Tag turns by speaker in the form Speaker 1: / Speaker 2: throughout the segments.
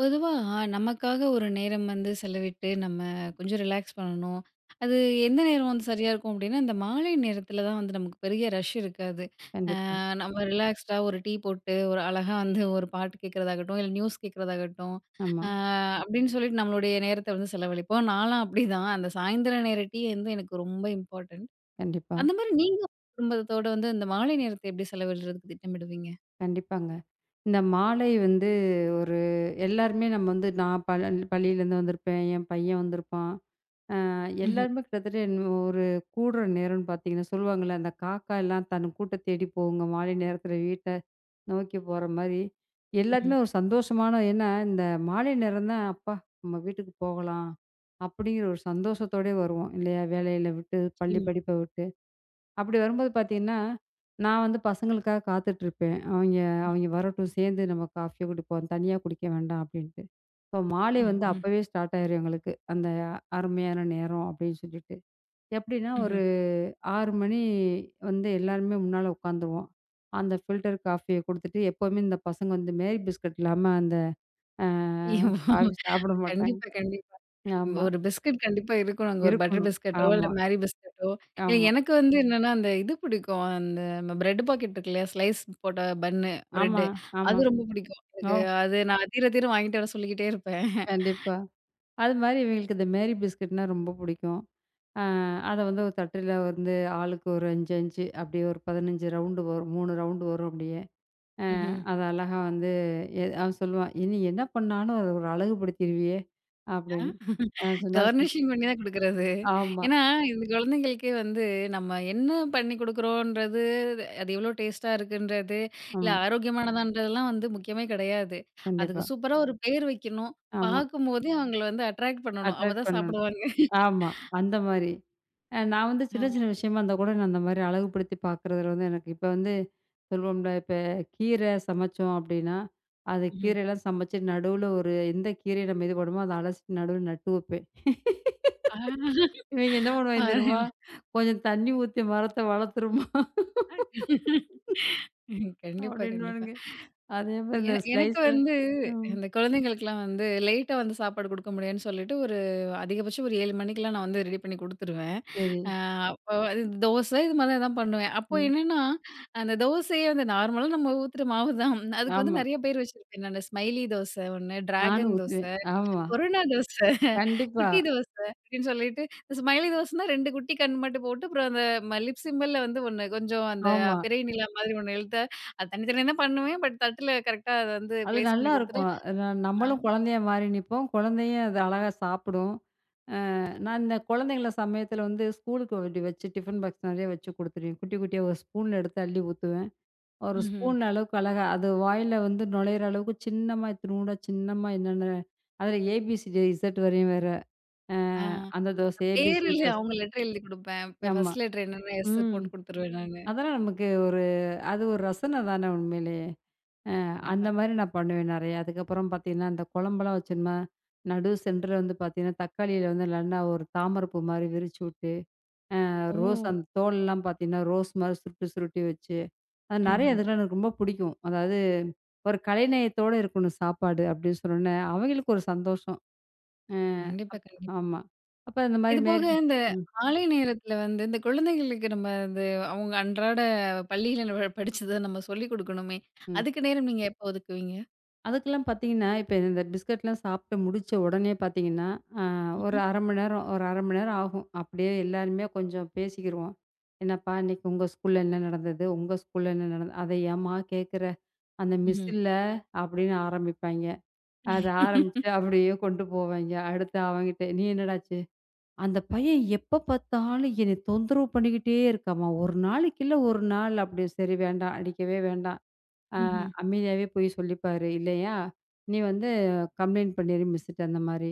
Speaker 1: பொதுவா நமக்காக ஒரு நேரம் வந்து செலவிட்டு, நம்ம கொஞ்சம் ரிலாக்ஸ் பண்ணணும். அது எந்த நேரம் வந்து சரியா இருக்கும் அப்டின்னா, இந்த மாலை நேரத்தில தான் வந்து நமக்கு பெரிய ரஷ் இருக்காது.
Speaker 2: கண்டிப்பா.
Speaker 1: நம்ம ரிலாக்ஸ்டா ஒரு டீ போட்டு, ஒரு அழகா வந்து ஒரு பாட்டு கேட்கறதாகட்டும், இல்ல நியூஸ் கேட்கறதாகட்டும்,
Speaker 2: ஆமா.
Speaker 1: அ அப்டின்னு சொல்லிட்டு நம்மளுடைய நேரத்த வந்து செலவழிப்போம். நான்லாம் அப்டிதான். அந்த சாயந்திர நேர டீ வந்து எனக்கு ரொம்ப இம்பார்ட்டன்ட்.
Speaker 2: கண்டிப்பா,
Speaker 1: அந்த மாரி நீங்க உங்க குடும்பத்தோட வந்து இந்த மாலை நேரத்த எப்டி செலவிடுறதுக்கு திட்டமிடுவீங்க?
Speaker 2: கண்டிப்பாங்க. இந்த மாலை வந்து ஒரு எல்லாருமே நம்ம வந்து நான் பள்ளியிலேருந்து வந்திருப்பேன். என் பையன் வந்திருப்பான். அ
Speaker 1: ம்ஹ்ம்,
Speaker 2: எல்லாருமே கிட்டத்தட்ட ஒரு கூடுற நேரம்னு பார்த்தீங்கன்னா, சொல்லுவாங்கல்ல, அந்த காக்கா எல்லாம் தன் கூட்ட தேடி போகுங்க. மாலை நேரத்தில வீட்ட நோக்கி போற மாரி.
Speaker 1: ம்ஹ்ம்.
Speaker 2: எல்லாருமே ஒரு சந்தோஷமான ஏன்னா, இந்த மாலை நேரம் தான் அப்பா நம்ம வீட்டுக்கு போகலாம். அப்படிங்கிற ஒரு சந்தோஷத்தோடயே வருவோம் இல்லையா? வேலையில விட்டு, பள்ளி
Speaker 1: நிச்சயமா.
Speaker 2: படிப்ப விட்டு. அப்படி வரும்போது பார்த்தீங்கன்னா, நான் வந்து பசங்களுக்காக காத்துட்ருப்பேன். அவைங்க அவைங்க வரட்டும், சேர்ந்து நம்ம காஃபியோ குடிப்போம். தனியா குடிக்க வேண்டாம் அப்படின்ட்டு. இப்போ மாலை வந்து ஓ!
Speaker 1: ம்ஹ்ம்,
Speaker 2: அப்பவே ஸ்டார்ட் ஆயிரும் எங்களுக்கு. அந்த அருமையான நேரம் அப்படின்னு சொல்லிட்டு. எப்படின்னா
Speaker 1: ம்ஹ்ம்.
Speaker 2: ஒரு 6 மணி வந்து எல்லாருமே முன்னால உட்காந்துருவோம். அந்த ஃபில்டர் காஃபிய குடுத்துட்டு எப்பவுமே இந்த பசங்க வந்து மேரி பிஸ்கட் இல்லாம அந்த அ காஃபி சாப்பிட மாட்டாங்க.
Speaker 1: கண்டிப்பா, கண்டிப்பா.
Speaker 2: ஆமா.
Speaker 1: ஒரு பிஸ்கட் கண்டிப்பா இருக்கணுங்க. ஒரு பட்டர்
Speaker 2: இருக்கணும்.
Speaker 1: பிஸ்கட்டோ, இல்ல
Speaker 2: ஆமா,
Speaker 1: மேரி பிஸ்கட்டோ, இல்ல
Speaker 2: ஆமா,
Speaker 1: எனக்கு வந்து என்னன்னா, அந்த இது பிடிக்கும். அந்த நம்ம பிரெட் பாக்கெட் இருக்கு இல்லையா? ஸ்லைஸ் போட்ட பன்னு,
Speaker 2: ஆமா,
Speaker 1: பிரெட்டு.
Speaker 2: ஆமா.
Speaker 1: அது ரொம்ப பிடிக்கும்.
Speaker 2: ஓ!
Speaker 1: எனக்கு அது நான் தீர தீர வாங்கிட்டு வர சொல்லிக்கிட்டே இருப்பேன்.
Speaker 2: கண்டிப்பா. அது மாரி இவங்களுக்கு இந்த மேரி பிஸ்கட்னா ரொம்ப பிடிக்கும். அ அத வந்து ஒரு தட்டுல வந்து ஆளுக்கு ஒரு 5, 5 அப்படியே ஒரு 15 ரவுண்டு வரும். 3 ரவுண்டு வரும் அப்படியே.
Speaker 1: ம்ஹ்ம்.
Speaker 2: அத அழகா வந்து அவன் சொல்லுவான், நீ என்ன பண்ணாலும் அத ஒரு அழகுபடுத்திருவியே"
Speaker 1: ஆ
Speaker 2: அப்படின்னு. அ சொன்னா சொ
Speaker 1: கார்னிஷிங் பண்ணி தான் குடுக்குறது.
Speaker 2: ஆமா,
Speaker 1: ஏன்னா, இந்த குழந்தைங்களுக்கே வந்து நம்ம என்ன பண்ணி குடுக்குறோன்றது, அது எவ்வளோ டேஸ்ட்டா இருக்குன்றது, இல்ல
Speaker 2: ஆமா.
Speaker 1: ஆரோக்கியமானதான்றதெல்லாம் வந்து முக்கியமே கிடையாது. அதுக்கு
Speaker 2: கண்டிப்பா.
Speaker 1: சூப்பரா ஒரு பேர் வைக்கணும்.
Speaker 2: ஆமா.
Speaker 1: பார்க்கும்போதே அவங்கள வந்து அட்ராக்ட் பண்ணணும்.
Speaker 2: அட்ராக்ட்
Speaker 1: அப்பதான்
Speaker 2: பண்ண
Speaker 1: சாப்பிடுவாங்க.
Speaker 2: ஆமா. அந்த மாரி. நான் வந்து
Speaker 1: ஆ.
Speaker 2: சின்ன சின்ன விஷயமா இருந்தா கூட நான் அந்த மாரி அழகுபடுத்தி பார்க்குறதுல வந்து எனக்கு இப்ப வந்து சொல்வோம்ல, இப்ப கீரை சமைச்சோம் அப்டின்னா, அது
Speaker 1: ம்ஹ்ம்.
Speaker 2: கீரையெல்லாம் சமைச்சு நடுவுல ஒரு எந்த கீரைய நம்ம இது பண்ணுமோ, அத அலசிட்டு நடுவுல நட்டு வப்பேன்.
Speaker 1: ஆ
Speaker 2: இவைங்க என்ன பண்ணுவாய்ங்க தெரியுமா?
Speaker 1: பாருங்களேன்.
Speaker 2: கொஞ்சம் தண்ணி ஊத்தி மரத்த வளர்த்துருமா
Speaker 1: கண்டிப்பா, கண்டிப்பா.
Speaker 2: அப்டின்னுவானுங்க. அதே மாரி இந்த
Speaker 1: எனக்கு
Speaker 2: ஸ்லைஸு
Speaker 1: வந்து
Speaker 2: ம்.
Speaker 1: இந்த குழந்தைங்களுக்குலாம் வந்து லேட்டா வந்து சாப்பாடு குடுக்க முடியாதுன்னு சொல்லிட்டு, ஒரு அதிகபட்சம் ஒரு 7 மணிக்கெல்லாம் நான் வந்து ரெடி பண்ணி குடுத்துருவேன்.
Speaker 2: சரி.
Speaker 1: அ அப்போ அது தோசை இது மாரி தான் பண்ணுவேன். அப்போ
Speaker 2: ம்.
Speaker 1: என்னன்னா, அந்த தோசையே வந்து நார்மலா நம்ம ஊத்துற மாவு தான். அதுக்கு வந்து
Speaker 2: ஆமா.
Speaker 1: நெறைய பேர் வச்சிருப்பேன் நானு. ஸ்மைலி தோசை ஒண்ணு,
Speaker 2: நானும்
Speaker 1: டிராகன் தோசை.
Speaker 2: ஊத்துவேன். ஆமா.
Speaker 1: கொரோனா தோச,
Speaker 2: கண்டிப்பா.
Speaker 1: குட்டி தோச அப்படின்னு சொல்லிட்டு, ஸ்மைலி தோசன்னா 2 குட்டி கண் மட்டும் போட்டு, அப்புறம் அந்த லிப் சிம்பல்ல வந்து ஒண்ணு கொஞ்சம் அந்த
Speaker 2: ஆமா.
Speaker 1: பிறை நிலா மாதிரி ஒண்ணு எழுத்து, அது தனித்தனியா தான் பண்ணுவேன். பட் தட்டுல கரெக்ட்டா அத வந்து
Speaker 2: அது
Speaker 1: பிளேஸ் பண்ணி குடுத்துட்டு,
Speaker 2: நல்லாருக்கும். ந
Speaker 1: ஆ,
Speaker 2: நம்மளும் குழந்தையா மாறி நிப்போம். குழந்தையும் அது அழகா சாப்பிடும். அ நான் இந்த குழந்தைங்கள சமயத்தில வந்து ஸ்கூலுக்கு அப்படி வச்சு டிஃபன் பாக்ஸ் நெறைய வச்சு குடுத்துருவேன். குட்டி குட்டியா ஒரு ஸ்பூன்ல எடுத்து அள்ளி ஊத்துவேன். ஒரு
Speaker 1: ம்ஹ்ம்.
Speaker 2: ஸ்பூன் அளவுக்கு அழகா அது வாயில வந்து நுழையிற அளவுக்கு சின்னமா இத்துணூண்டா சின்னமா என்னென்ன அதில ஏபிசிடி இசட் வரையும் வேற. அ
Speaker 1: ஆ
Speaker 2: அந்த தோசை ஏபிசி
Speaker 1: பேர் இல்ல
Speaker 2: தோசை.
Speaker 1: அவங்க லெட்டர் எழுதி குடுப்பேன். இப்ப
Speaker 2: ஆமா.
Speaker 1: ஃபர்ஸ்ட் லெட்டர் என்னன்னு எஸ்
Speaker 2: ம்.
Speaker 1: போட்டு குடுத்துருவேன் நானு.
Speaker 2: அதெல்லாம் நமக்கு ஒரு அது ஒரு ரசனை தானே உண்மையிலேயே! அ அந்த
Speaker 1: கண்டிப்பா.
Speaker 2: மாரி நான் பண்ணுவேன் நெறையா. அதுக்கப்புறம் பார்த்தீங்கன்னா, அந்த குழம்பெல்லாம் வச்சோம்னா, நடு சென்டர்ல வந்து பார்த்தீங்கன்னா, தக்காளியில வந்து நல்லா ஒரு தாமரப்பூ மாரி விரிச்சு விட்டு,
Speaker 1: ஓ!
Speaker 2: ரோஸ் அந்த தோலெல்லாம் பார்த்தீங்கன்னா, ரோஸ் மாரி சுருட்டி சுருட்டி வச்சு, அது நெறைய
Speaker 1: ம்ஹ்ம்.
Speaker 2: இதெல்லாம் எனக்கு ரொம்ப பிடிக்கும். அதாவது ஒரு கலைநயத்தோட இருக்கணும் சாப்பாடு அப்படின்னு சொன்னோனே, அவங்களுக்கு ஒரு சந்தோஷம். அ
Speaker 1: கண்டிப்பா,
Speaker 2: அப்
Speaker 1: கண்டிப்பா.
Speaker 2: ஆமா. அப்ப இந்த மாரி
Speaker 1: இது போக இந்த
Speaker 2: ம்.
Speaker 1: மாலை நேரத்துல வந்து, இந்த குழந்தைகளுக்கு நம்ம இந்த அவங்க அன்றாட பள்ளியில நம்ம படிச்சத நம்ம சொல்லிக் குடுக்கணுமே!
Speaker 2: ம்.
Speaker 1: அதுக்கு நேரம் நீங்க எப்போ ஒதுக்குவீங்க?
Speaker 2: அதுக்கெல்லாம் பார்த்தீங்கன்னா, இப்ப இந்த பிஸ்கட்லாம் சாப்பிட்டு முடிச்ச உடனே பார்த்தீங்கன்னா, அ ஒரு
Speaker 1: ம்ஹ்ம்.
Speaker 2: 1/2 மணி நேரம் ஒரு 1/2 மணி நேரம் ஆகும். அப்படியே எல்லாருமே கொஞ்சம் பேசிக்கிருவோம். "என்னப்பா இன்னைக்கு உங்க ஸ்கூல்ல என்ன நடந்தது? உங்க ஸ்கூல்ல என்ன நடந்தது? அத ஏம்மா கேட்குற? அந்த மிஸ்
Speaker 1: ம்ஹ்ம்.
Speaker 2: இல்ல" அப்படின்னு ஆரம்பிப்பாய்ங்க. அத ஆரம்பிச்சு அப்படியே கொண்டு போவாய்ங்க. அடுத்து அவன்கிட்ட, "நீ என்னடாச்சு? அந்த பையன் எப்ப பார்த்தாலும் என்னை தொந்தரவு பண்ணிக்கிட்டே இருக்கான்ம்மா. ஒரு நாளைக்கு இல்ல ஒரு நாள்" அப்படி "சரி வேண்டாம். அடிக்கவே வேண்டாம். அ
Speaker 1: ம்ஹ்ம்.
Speaker 2: அமைதியாவே போய் சொல்லிப்பாரு. இல்லையா, நீ வந்து கம்ப்ளைண்ட் பண்ணிரு மிஸ்ட்ட அந்த மாரி.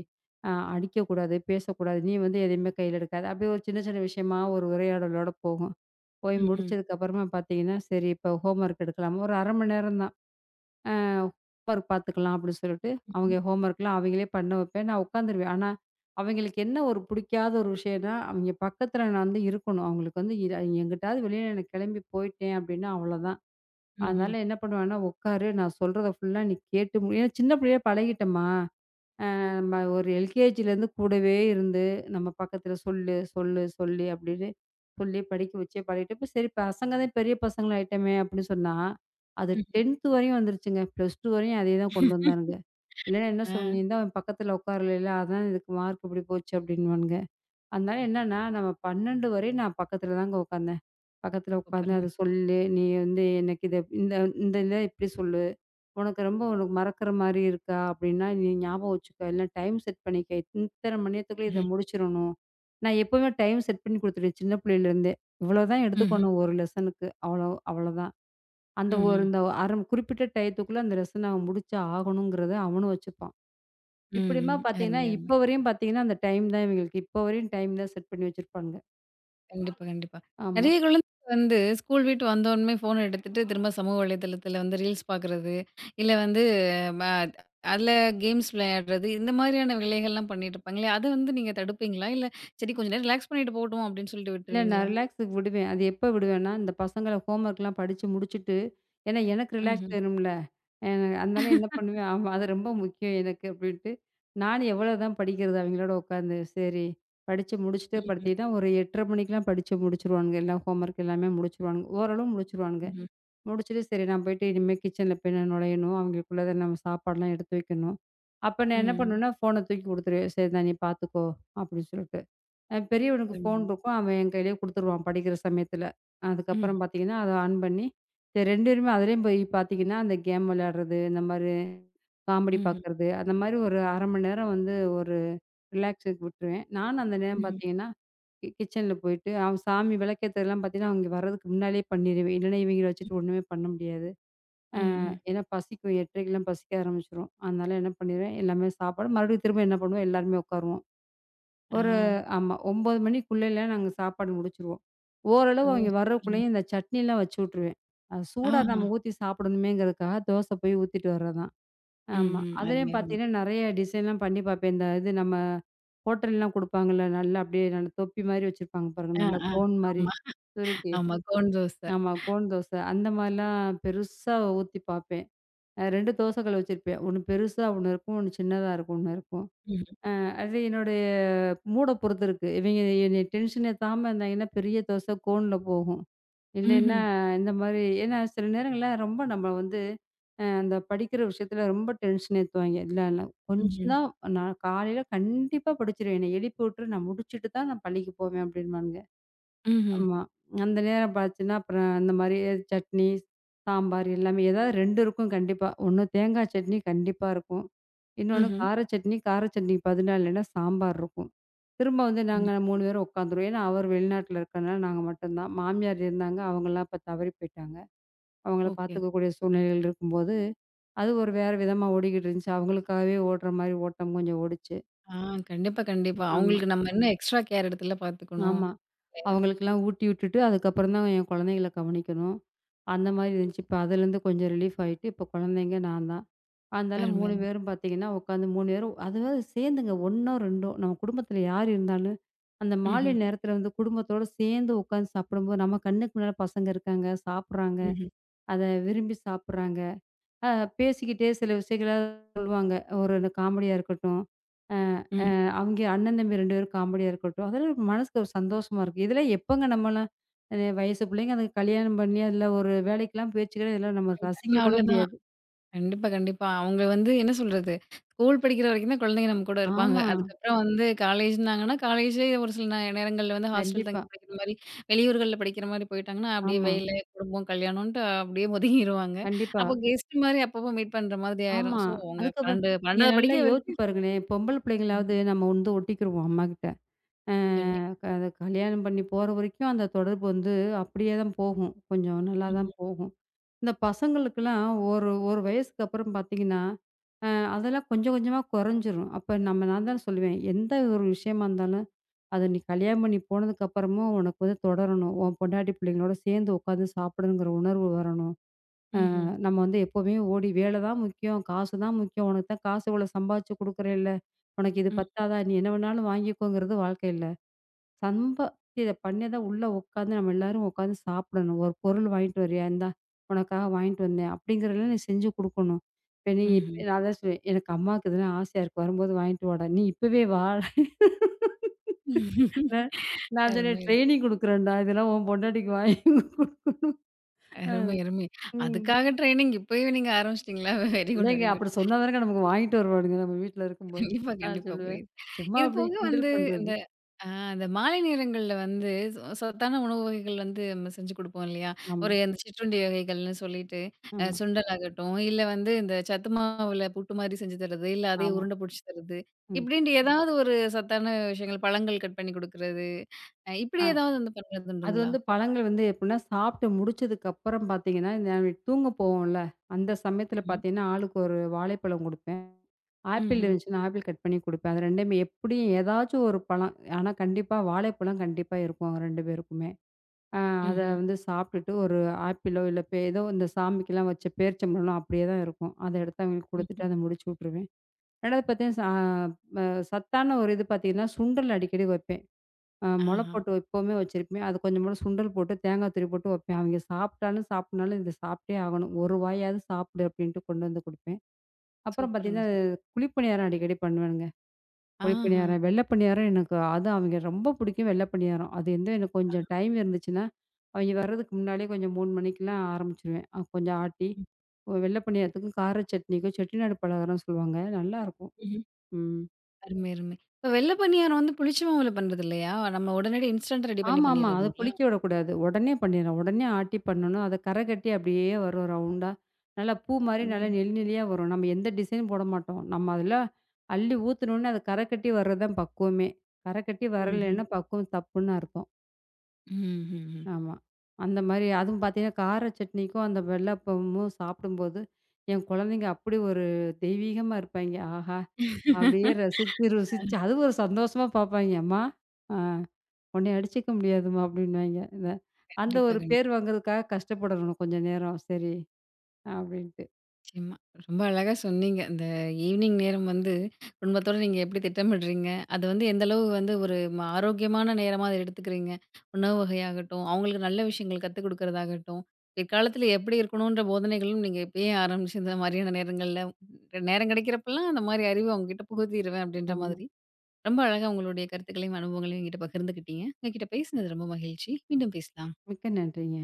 Speaker 2: அடிக்கக்கூடாது, பேசக்கூடாது. நீ வந்து எதையுமே கையில எடுக்காத. அப்படியே ஒரு சின்ன சின்ன விஷயமா ஒரு உரையாடலோட போகும். போய்
Speaker 1: ம்ஹ்ம்.
Speaker 2: முடிச்சதுக்கப்புறமா பார்த்தீங்கன்னா, சரி இப்போ ஹோம் ஒர்க் எடுக்கலாம். ஒரு 1/2 மணி நேரம் தான். ஒர்க் பார்த்துக்கலாம் அப்படின்னு சொல்லிட்டு,
Speaker 1: ம்ஹ்ம்.
Speaker 2: அவங்க ஹோம் ஒர்க்லாம் அவங்களே பண்ண வைப்பேன். நான் உட்காந்துருவேன். ஆனா, அவங்களுக்கு என்ன ஒரு புடிக்காத ஒரு விஷயம்னா, அவங்க பக்கத்துல நான் வந்து இருக்கணும். அவங்களுக்கு வந்து எங்கிட்டாவது வெளியில நான் கிளம்பி போயிட்டேன் அப்படின்னா அவ்வளோதான்.
Speaker 1: ம்ஹ்ம்.
Speaker 2: அதனால என்ன பண்ணுவேன்னா, "உட்காரு நான் சொல்றத ஃபுல்லா நீ கேட்டு மு" ஏன்னா சின்ன பிள்ளையா பழகிட்டமா. நம்ம ஒரு எல்கேஜிலேருந்து கூடவே இருந்து, நம்ம பக்கத்துல சொல்லு, சொல்லு, சொல்லு அப்படின்னு சொல்லி படிக்க வச்சே பழகிட்டு, இப்ப சரி பசங்க தான் பெரிய பசங்களாயிட்டோமே அப்படின்னு சொன்னா, அது 10த் வரையும் வந்துருச்சுங்க. +2 வரையும் அதே தான் கொண்டு
Speaker 1: ம்ஹ்ம்.
Speaker 2: வந்தானுங்க. இல்லன்னா என்ன
Speaker 1: ஆ
Speaker 2: சொல்லணும், "நீ தான் அவன் பக்கத்துல உட்காரலைல, அதான் இதுக்கு மார்க் இப்படி போச்சு" அப்படின்னுவானுங்க. அதனால என்னன்னா, நம்ம 12 வரையும் நான் பக்கத்துல தாங்க உட்காந்தேன். பக்கத்துல உட்காந்து
Speaker 1: சூப்பருங்க.
Speaker 2: அத சொல்லு, நீ வந்து எனக்கு இத இந்த இந்த இத இப்படி சொல்லு. உனக்கு ரொம்ப உனக்கு மறக்கிற மாரி இருக்கா? அப்படின்னா, நீ ஞாபகம் வச்சுக்க. இல்ல டைம் செட் பண்ணிக்க. இத்தன மணி நேரத்துக்குள்ள இத
Speaker 1: ம்ஹ்ம்.
Speaker 2: முடிச்சிரணும். நான் எப்பவுமே டைம் செட் பண்ணி குடுத்துருவேன் சின்ன பிள்ளையிலருந்தே. இவ்வளோதான்
Speaker 1: ம்ஹ்ம்.
Speaker 2: எடுத்துக்கணும் ஒரு லெசனுக்கு. அவ்வளோ அவ்வளோதான். அந்த ஒரு
Speaker 1: ம்ஹ்ம்.
Speaker 2: இந்த அரை குறிப்பிட்ட டயத்துக்குள்ள அந்த லெசன அவன் முடிச்சா ஆகணுங்கிறத அவனும் வச்சுப்பான்.
Speaker 1: ம்ஹ்ம்.
Speaker 2: இப்படிமா பார்த்தீங்கன்னா,
Speaker 1: அருமை, அருமை.
Speaker 2: இப்ப வரையும் பார்த்தீங்கன்னா, அந்த டைம் தான் இவங்களுக்கு. இப்ப வரையும் டைம் தான் செட் பண்ணி வச்சிருப்பானுங்க.
Speaker 1: கண்டிப்பா, கண்டிப்பா.
Speaker 2: ஆமா.
Speaker 1: நெறைய குழந்தைங்க வந்து ஸ்கூல் விட்டு வந்தோனமே ஃபோன் எடுத்துட்டு திரும்ப சமூக வலைதளத்தில வந்து ரீல்ஸ் பார்க்குறது, இல்ல வந்து ம அதில கேம்ஸ் விளையாடுறது, இந்த மாதிரியான வேலைகள்லாம் பண்ணிட்டுருப்பாங்களே, அத வந்து நீங்க தடுப்பீங்களா? இல்ல சரி கொஞ்ச நேரம் ரிலாக்ஸ் பண்ணிட்டு போகட்டும் அப்படின்னு சொல்லிட்டு
Speaker 2: இல்ல நான்
Speaker 1: விட்டுருவீங்களா?
Speaker 2: ரிலாக்ஸுக்கு விடுவேன். அது எப்ப விடுவேன்னா, இந்த பசங்கள ஹோம்வொர்க்லாம் படிச்சு முடிச்சுட்டு, ஏன்னா எனக்கு ரிலாக்ஸ்
Speaker 1: ம்ஹ்ம்.
Speaker 2: வேணும்ல. அ அதனால என்ன பண்ணுவேன், ஆமா அது ரொம்ப முக்கியம் எனக்கு அப்படின்ட்டு, நானு எவ்வளோதான் படிக்கிறது அவங்களோட உட்காந்து. சரி படிச்சு முடிச்சுட்டு
Speaker 1: ம்ஹ்ம்.
Speaker 2: படுத்தீங்கன்னா, ஒரு 8:30 மணிக்கெல்லாம் படிச்சு முடிச்சுருவானுங்க. எல்லாம் ஹோம்வொர்க் எல்லாமே முடிச்சுருவானுங்க. ஓரளவு முடிச்சுருவானுங்க.
Speaker 1: ம்ஹ்ம்.
Speaker 2: முடிச்சுட்டு சரி நான் போயிட்டு இனிமே கிச்சன்ல போய் நான் நுழையணும். அவங்களுக்குள்ளத நம்ம சாப்பாடுலாம் எடுத்து வைக்கணும். அப்ப நான் என்ன
Speaker 1: ம்.
Speaker 2: பண்ணுவேன்னா, ஃபோன தூக்கி குடுத்துருவேன். சரி இந்தா நீ பார்த்துக்கோ அப்படின்னு சொல்லிட்டு. பெரியவனுக்கு ஃபோன்
Speaker 1: அருமைங்க.
Speaker 2: இருக்கும். அவன் என் கையிலேயே குடுத்துருவான் படிக்கிற சமயத்துல.
Speaker 1: ம்.
Speaker 2: அதுக்கப்புறம் பார்த்தீங்கன்னா, அத ஆன் பண்ணி சரி 2 பேருமே அதிலேயும் போய் பார்த்தீங்கன்னா, அந்த கேம் விளையாடுறது, இந்த மாரி காமெடி
Speaker 1: ம்ஹ்ம்.
Speaker 2: பார்க்குறது, அந்த மாரி ஒரு 1/2 மணி நேரம் வந்து ஒரு ரிலாக்ஸுக்கு விட்டுருவேன். நானும் அந்த நேரம்
Speaker 1: ம்ஹ்ம்.
Speaker 2: பார்த்தீங்கன்னா, கிச்சன்ல போயிட்டு அவன் சாமி விளக்கேத்துறதெல்லாம் பார்த்தீங்கன்னா, அவங்க வர்றதுக்கு முன்னாலேயே பண்ணிருவேன். இல்லன்னா இவைங்கள வச்சுட்டு ஒண்ணுமே பண்ண முடியாது.
Speaker 1: ம். ம்.
Speaker 2: ஏன்னா பசிக்கும் 8:30க்கெல்லாம் பசிக்க ஆரம்பிச்சுரும். அதனால என்ன பண்ணிருவேன், எல்லாமே சாப்பாடு மறுபடியும் திரும்ப என்ன பண்ணுவோம், எல்லாருமே உட்காருவோம்.
Speaker 1: ஆ.
Speaker 2: ஒரு ஆமா. 9 மணிக்குள்ளலாம் நாங்க சாப்பாடு முடிச்சுருவோம். ஓரளவு
Speaker 1: ஓ!
Speaker 2: அவைங்க
Speaker 1: சூப்பருங்க.
Speaker 2: வர்றக்குள்ளேயும் இந்த சட்னிலாம் வச்சு விட்டுருவேன். அது சூடா
Speaker 1: ஆஹா.
Speaker 2: நம்ம ஊத்தி சாப்பிடணுமேங்கிறதுக்காக தோசை போய் ஊத்திட்டு வர்றதான்.
Speaker 1: ம்.
Speaker 2: ஆமா.
Speaker 1: ம். அருமை,
Speaker 2: அதுலயும்
Speaker 1: அருமை.
Speaker 2: பார்த்தீங்கன்னா, நெறைய டிசைன்லாம் பண்ணி பார்ப்பேன். இந்த இது நம்ம ஹோட்டல்லாம் குடுப்பாங்கல்ல, நல்லா அப்படியே நல்ல தொப்பி மாரி வச்சிருப்பாங்க பாருங்க.
Speaker 1: ஆ,
Speaker 2: நல்லா
Speaker 1: ஆ.
Speaker 2: கோன் மாரி
Speaker 1: ஆமா,
Speaker 2: சுருட்டி.
Speaker 1: ஆமா. கோன் தோசை.
Speaker 2: ஆமா. கோன் தோசை. அந்த மாரிலாம் பெருசா ஊத்தி பார்ப்பேன். 2 தோசை கல் வச்சிருப்பேன். ஒண்ணு பெருசா ஒண்ணு இருக்கும். ஒண்ணு சின்னதா இருக்கும் ஒண்ணு இருக்கும்.
Speaker 1: ம்ஹ்ம்.
Speaker 2: அது என்னோட மூட பொறுத்து இருக்கு. இவைங்க என்னைய டென்ஷன் ஏத்தாம இருந்தாங்கன்னா, பெரிய தோசை கோன்ல போகும். இல்லைன்னா,
Speaker 1: ம்ஹ்ம்.
Speaker 2: இந்த மாரி ஏன்னா சில நேரங்கள்ல ரொம்ப நம்ம வந்து அந்த படிக்கிற விஷயத்துல ரொம்ப டென்ஷன் ஏத்துவாய்ங்க. இல்ல இல்ல கொஞ்சம்
Speaker 1: ம்ஹ்ம்.
Speaker 2: தான் நான் காலையில கண்டிப்பா படிச்சுருவேன். என்னைய எழுப்பி விட்டுரு நான் முடிச்சுட்டு தான் நான் பள்ளிக்கு போவேன் அப்படின்பானுங்க.
Speaker 1: ம்ஹ்ம்.
Speaker 2: ஆமா. அந்த நேரம் பார்த்துச்சுன்னா, அப்புறம் இந்த மாரி சட்னி, சாம்பார் எல்லாமே ஏதாவது 2 இருக்கும் கண்டிப்பா. ஒண்ணு தேங்காய் சட்னி கண்டிப்பா இருக்கும். இன்னொன்னு
Speaker 1: ம்ஹ்ம்.
Speaker 2: கார சட்னி, கார சட்னிக்கு பதிலா இல்லைன்னா சாம்பார் இருக்கும். திரும்ப வந்து நாங்க 3
Speaker 1: கண்டிப்பா.
Speaker 2: பேரும் உட்காந்துருவோம். ஏன்னா, அவர் வெளிநாட்டுல இருக்கனால நாங்க மட்டும் தான். மாமியார் இருந்தாங்க. அவங்கலாம் இப்ப தவறி போயிட்டாங்க. அவங்கள
Speaker 1: ஓகே.
Speaker 2: பார்த்துக்கக்கூடிய சூழ்நிலைகள் இருக்கும்போது, அது ஒரு வேற விதமா ஓடிக்கிட்டு இருந்துச்சு. அவங்களுக்காகவே ஓடுற மாரி ஓட்டம் கொஞ்சம் ஓடுச்சு.
Speaker 1: ஆ கண்டிப்பா, கண்டிப்பா.
Speaker 2: ஆமா,
Speaker 1: அவங்களுக்கு நம்ம ம். இன்னும் எக்ஸ்ட்ரா கேர் எடுத்துலாம் பார்த்துக்கணும்.
Speaker 2: ஆமா.
Speaker 1: இல்லையா?
Speaker 2: அவங்களுக்கெல்லாம் ஊட்டி விட்டுட்டு, அதுக்கப்புறம் தான் என் குழந்தைங்கள கவனிக்கணும். அந்த மாரி இருந்துச்சு. இப்ப அதுலேருந்து கொஞ்சம் ரிலீஃப் ஆயிட்டு, இப்ப குழந்தைங்க நான் தான். அதனால
Speaker 1: அருமை.
Speaker 2: 3 பேரும் பார்த்தீங்கன்னா, உட்காந்து 3 பேரும் அதுவாது சேர்ந்துங்க 1ஓ 2ஓ நம்ம குடும்பத்தில யார் இருந்தாலும், அந்த மாலை
Speaker 1: ம்ஹ்ம்.
Speaker 2: நேரத்தில வந்து குடும்பத்தோட சேர்ந்து உட்காந்து சாப்பிடும்போது, நம்ம கண்ணுக்கு முன்னால பசங்க இருக்காங்க, சாப்பிட்றாங்க.
Speaker 1: ம்ஹ்ம்.
Speaker 2: அத விரும்பி சாப்பிட்றாங்க. அ பேசிக்கிட்டே சில விஷயங்கள சொல்லுவாங்க. ஒரு காமெடியா இருக்கட்டும்.
Speaker 1: ம்.
Speaker 2: அவிங்க அண்ணன், தம்பி 2 பேரும் காமெடியா இருக்கட்டும். அதெல்லாம் ஒரு மனசுக்கு ஒரு சந்தோஷமா இருக்கு. இதெல்லாம் எப்பங்க நம்மலாம் வயசு பிள்ளைங்க அதுக்கு கல்யாணம் பண்ணி, அதில ஒரு வேலைக்கெல்லாம் பேச்சுக்கிட்டு இதெல்லாம் நம்ம
Speaker 1: போயிட்டாங்கன்னா
Speaker 2: ரசிக்க கூட
Speaker 1: அவ்வளோதான்.
Speaker 2: முடியாது.
Speaker 1: கண்டிப்பா, கண்டிப்பா. அவங்க வந்து என்ன சொல்றது? ஸ்கூல் படிக்கிற வரைக்கும் தான் குழந்தைங்க நம்ம கூட இருப்பாங்க.
Speaker 2: ஆமா.
Speaker 1: அதுக்கப்புறம் வந்து காலேஜ்னாங்கன்னா, காலேஜே ஒரு சில நேரங்கள்ல வந்து ஹாஸ்டல்
Speaker 2: கண்டிப்பா.
Speaker 1: தங்கி படிக்கிற மாரி, வெளியூர்கள்ல படிக்கிற மாரி போயிட்டாங்கன்னா, அப்படியே
Speaker 2: ஆமா.
Speaker 1: வேலை, குடும்பம், கல்யாணம்ன்ட்டு அப்படியே ஒதுங்கிருவாங்க.
Speaker 2: கண்டிப்பா.
Speaker 1: அப்போ கெஸ்ட் மாரி அப்பப்போ மீட் பண்ற மாதிரி ஆயிரும்.
Speaker 2: ஆமா.
Speaker 1: ஸோ அவங்க
Speaker 2: அதுக்கப்புறம்
Speaker 1: 12
Speaker 2: நீங்க
Speaker 1: 12வது
Speaker 2: நல்லா
Speaker 1: படிக்கிற
Speaker 2: யோசிச்சு
Speaker 1: வரைக்கும்
Speaker 2: பாருங்களேன். பொம்பள பிள்ளைங்களாவது
Speaker 1: ம்.
Speaker 2: நம்ம வந்து ஒட்டிக்கிருவோம் அம்மாகிட்ட. அ
Speaker 1: கண்டிப்பா.
Speaker 2: க அது கல்யாணம் பண்ணி போற வரைக்கும் அந்த தொடர்பு வந்து அப்படியே தான் போகும். கொஞ்சம் நல்லா
Speaker 1: ம்ஹ்ம்.
Speaker 2: தான் போகும். இந்த பசங்களுக்கெல்லாம் ஒரு ஒரு வயசுக்கு அப்புறம் பார்த்தீங்கன்னா, அ அதெல்லாம் கொஞ்சம் கொஞ்சமா குறைஞ்சிரும். அப்ப நம்ம நான் தான் சொல்லுவேன், எந்த ஒரு விஷயமா இருந்தாலும், அத நீ கல்யாணம் பண்ணி போனதுக்கு அப்புறமும் உனக்கு வந்து தொடரணும். உன் பொண்டாட்டி பிள்ளைங்களோட சேர்ந்து உட்காந்து சாப்பிடணுங்கிற உணர்வு வரணும்.
Speaker 1: ம்ஹ்ம்.
Speaker 2: நம்ம வந்து எப்பவுமே ஓடி வேலை தான் முக்கியம், காசு தான் முக்கியம். உனக்கு தான் காசு இவ்வளோ சம்பாதிச்சு குடுக்குறேல்ல, உனக்கு இது
Speaker 1: ம்.
Speaker 2: பத்தாதா? நீ என்ன வேணாலும் வாங்கிக்கோங்கிறது வாழ்க்கை இல்ல. சம்ப இத பண்ணி தான் உள்ள உட்காந்து நம்ம எல்லாரும் உட்காந்து சாப்பிடணும். ஒரு பொருள் வாங்கிட்டு வரியா? இந்தா உனக்காக வாங்கிட்டு வந்தேன். அப்படிங்கிறதெல்லாம் நீ செஞ்சு குடுக்கணும். இப்ப நீ
Speaker 1: ம்ஹ்ம்.
Speaker 2: இப்ப நான் அதான் சொல்லுவேன். எனக்கு அம்மாவுக்கு இதெல்லாம் ஆசையா இருக்கு. வரும்போது வாங்கிட்டு வாடா. நீ இப்பவே வா. நான் நான் சொன்னேன்
Speaker 1: அருமை,
Speaker 2: ட்ரெய்னிங் குடுக்குறேன்டா. இதெல்லாம் உன் பொண்டாட்டிக்கு வாங்கி குடு
Speaker 1: அருமை,
Speaker 2: அ.
Speaker 1: அருமை.
Speaker 2: ம்.
Speaker 1: அதுக்காக ட்ரெய்னிங் இப்பயே நீங்க ஆரம்பிச்சிட்டீங்களா? வெரி குட்,
Speaker 2: இல்லைங்க.
Speaker 1: Very good.
Speaker 2: அப்படி சொன்னா தானங்க நமக்கு வாங்கிட்டு வருவானுங்க நம்ம வீட்ல இருக்கும்போது.
Speaker 1: கண்டிப்பா,
Speaker 2: நான்
Speaker 1: கண்டிப்பா
Speaker 2: சொல்லுவேன்.
Speaker 1: புரியுது.
Speaker 2: சும்மா
Speaker 1: இது
Speaker 2: அப்படி
Speaker 1: போக வந்து
Speaker 2: கிண்டல் பண்றது.
Speaker 1: இந்த அ இந்த மாலை நேரங்கள்ல வந்து சத்தான உணவு வகைகள் வந்து நம்ம செஞ்சு குடுப்போம் இல்லையா?
Speaker 2: ஆமா,
Speaker 1: ஒரு அந்த சிற்றுண்டி வகைகள்னு சொல்லிட்டு
Speaker 2: ஆமா,
Speaker 1: சுண்டல் ஆகட்டும், இல்ல வந்து இந்த சத்து மாவுல புட்டு மாரி செஞ்சு தர்றது, இல்ல அதே
Speaker 2: ஆமா.
Speaker 1: உருண்ட புடிச்சு தர்றது,
Speaker 2: ம்.
Speaker 1: இப்படின்ட்டு ஏதாவது ஒரு சத்தான விஷயங்கள் பழங்கள் கட் பண்ணி குடுக்குறது, இப்படி
Speaker 2: ஆ.
Speaker 1: ஏதாவது வந்து பண்றது
Speaker 2: அது
Speaker 1: உண்டுங்களா?
Speaker 2: வந்து பழங்கள் வந்து எப்படின்னா, சாப்பிட்டு முடிச்சதுக்கப்புறம் பார்த்தீங்கன்னா, நான் தூங்க போவோம்ல, அந்த சமயத்தில
Speaker 1: ம்ஹ்ம்.
Speaker 2: பார்த்தீங்கன்னா, ஆளுக்கு ஒரு வாழைப்பழம் குடுப்பேன். ஆப்பிள்
Speaker 1: ம்ஹ்ம்.
Speaker 2: இருந்துச்சுன்னா, ஆப்பிள் கட் பண்ணி குடுப்பேன். அது 2மே எப்படியும் ஏதாச்சும் ஒரு பழம். ஆனா கண்டிப்பா வாழைப்பழம் கண்டிப்பா இருக்கும் அவங்க 2 பேருக்குமே. அ அத
Speaker 1: ம்ஹ்ம்.
Speaker 2: வந்து சாப்பிட்டுட்டு ஒரு ஆப்பிளோ, இல்ல ஏதோ இந்த சாமிக்கெல்லாம் வச்ச பேரிச்சம்பழம்லாம் அப்படியே தான் இருக்கும். அத எடுத்து அவங்களுக்கு
Speaker 1: ம்ஹ்ம்.
Speaker 2: குடுத்துட்டு அத முடிச்சு விட்டுருவேன். 2வது பார்த்தீங்கன்னா, ச அ சத்தான ஒரு இது பார்த்தீங்கன்னா, சுண்டல் அடிக்கடி வைப்பேன். மொள
Speaker 1: ஆஹா!
Speaker 2: போட்டு எப்பவுமே வச்சிருப்பேன். அது கொஞ்சமா சுண்டல் போட்டு, தேங்காய் துருவி போட்டு வப்பேன். அவங்க சாப்பிட்டாலும் சாப்பிடனாலும் இது சாப்பிட்டே ஆகணும். ஒரு வாயாவது சாப்பிடு அப்டின்ட்டு கொண்டு வந்து குடுப்பேன். அப்புறம்
Speaker 1: சூப்பருங்க,
Speaker 2: பார்த்தீங்கன்னா,
Speaker 1: சூப்பர்.
Speaker 2: குழிப்பணியாரம் அடிக்கடி பண்ணுவேனுங்க.
Speaker 1: ஆஹா!
Speaker 2: குழிப்பணியாரம், வெள்ள பணியாரம் எனக்கு அது அவங்க ரொம்ப பிடிக்கும் வெள்ள பணியாரம். அது வந்து எனக்கு கொஞ்சம் டைம் இருந்துச்சுன்னா, அவங்க வர்றதுக்கு முன்னாடியே கொஞ்சம் 3 மணிக்கெல்லாம் ஆரம்பிச்சுருவேன். கொஞ்சம் ஆட்டி,
Speaker 1: ம்.
Speaker 2: வெள்ள பணியாரத்துக்கும் கார சட்னிக்கும் செட்டிநாடு பலகாரம்னு சொல்லுவாங்க. நல்லாருக்கும்.
Speaker 1: ம்ஹ்ம்.
Speaker 2: ம்.
Speaker 1: அருமை, அருமை. இப்ப வெள்ள பணியாரம் வந்து புளிச்ச மாவுல பண்றது இல்லையா? நம்ம உடனடி இன்ஸ்டன்ட் ரெடி பண்ணி
Speaker 2: ஆமாமா. அத
Speaker 1: பண்ணிறதுங்களா?
Speaker 2: புளிக்க விடக்கூடாது. உடனே பண்ணிடணும். உடனே ஆட்டி பண்ணணும். அத கரை கட்டி அப்படியே வரும் ரவுண்டா. நல்லா பூ மாரி நல்லா
Speaker 1: ம்.
Speaker 2: நெளி நெளியா வரும். நம்ம எந்த டிசைனும் போட மாட்டோம். நம்ம அதில அள்ளி ஊத்துனோனே அது கரை கட்டி வர்றது தான் பக்குவமே. கரை கட்டி
Speaker 1: ம்ஹ்ம்.
Speaker 2: வரலைன்னா பக்குவம் தப்புன்னு அர்த்தம்.
Speaker 1: ம்ஹ்ம்.
Speaker 2: ஆமா. அந்த மாரி அதுவும் பார்த்தீங்கன்னா, கார சட்னிக்கும் அந்த வெள்ளாப்பமும் சாப்பிடும்போது, என் குழந்தைங்க அப்படி ஒரு தெய்வீகமா இருப்பாய்ங்க. ஆஹா! அப்படியே ரசிச்சு, ருசிச்சு அது ஒரு சந்தோஷமா பார்ப்பாய்ங்க. அம்மா, ஆ உன்னைய அடிச்சுக்க முடியாதும்மா அப்படின்னுவாய்ங்க. அந்த
Speaker 1: கண்டிப்பா,
Speaker 2: ஒரு
Speaker 1: கண்டிப்பா.
Speaker 2: பேர் வாங்குறதுக்காக கஷ்டப்படணும் கொஞ்ச நேரம். சரி, அப்படின்ட்டு.
Speaker 1: நிச்சயமா. ரொம்ப அழகா சொன்னீங்க. இந்த ஈவினிங் நேரம் வந்து குடும்பத்தோட நீங்க எப்படி திட்டமிடுறீங்க? அது வந்து எந்த அளவு வந்து ஒரு ஆரோக்கியமான நேரமா அத எடுத்துக்கிறீங்க? உணவு வகையாகட்டும், அவங்களுக்கு நல்ல விஷயங்கள் கத்துக் குடுக்குறதாகட்டும், பிற்காலத்தில எப்படி இருக்கணுன்ற போதனைகளும் நீங்க இப்பயே ஆரம்பிச்சு, இந்த மாதிரியான நேரங்கள்ல நேரம் கிடைக்கிறப்பலாம் அந்த மாரி அறிவு அவங்ககிட்ட புகுத்திருவேன் அப்படின்ற
Speaker 2: ஆமா.
Speaker 1: மாதிரி, ரொம்ப அழகா உங்களுடைய கருத்துக்களையும், அனுபவங்களையும் என்கிட்ட பகிர்ந்துக்கிட்டீங்க. உங்ககிட்ட பேசினது ரொம்ப மகிழ்ச்சி. மீண்டும் பேசலாம்.
Speaker 2: மிக்க நன்றிங்க.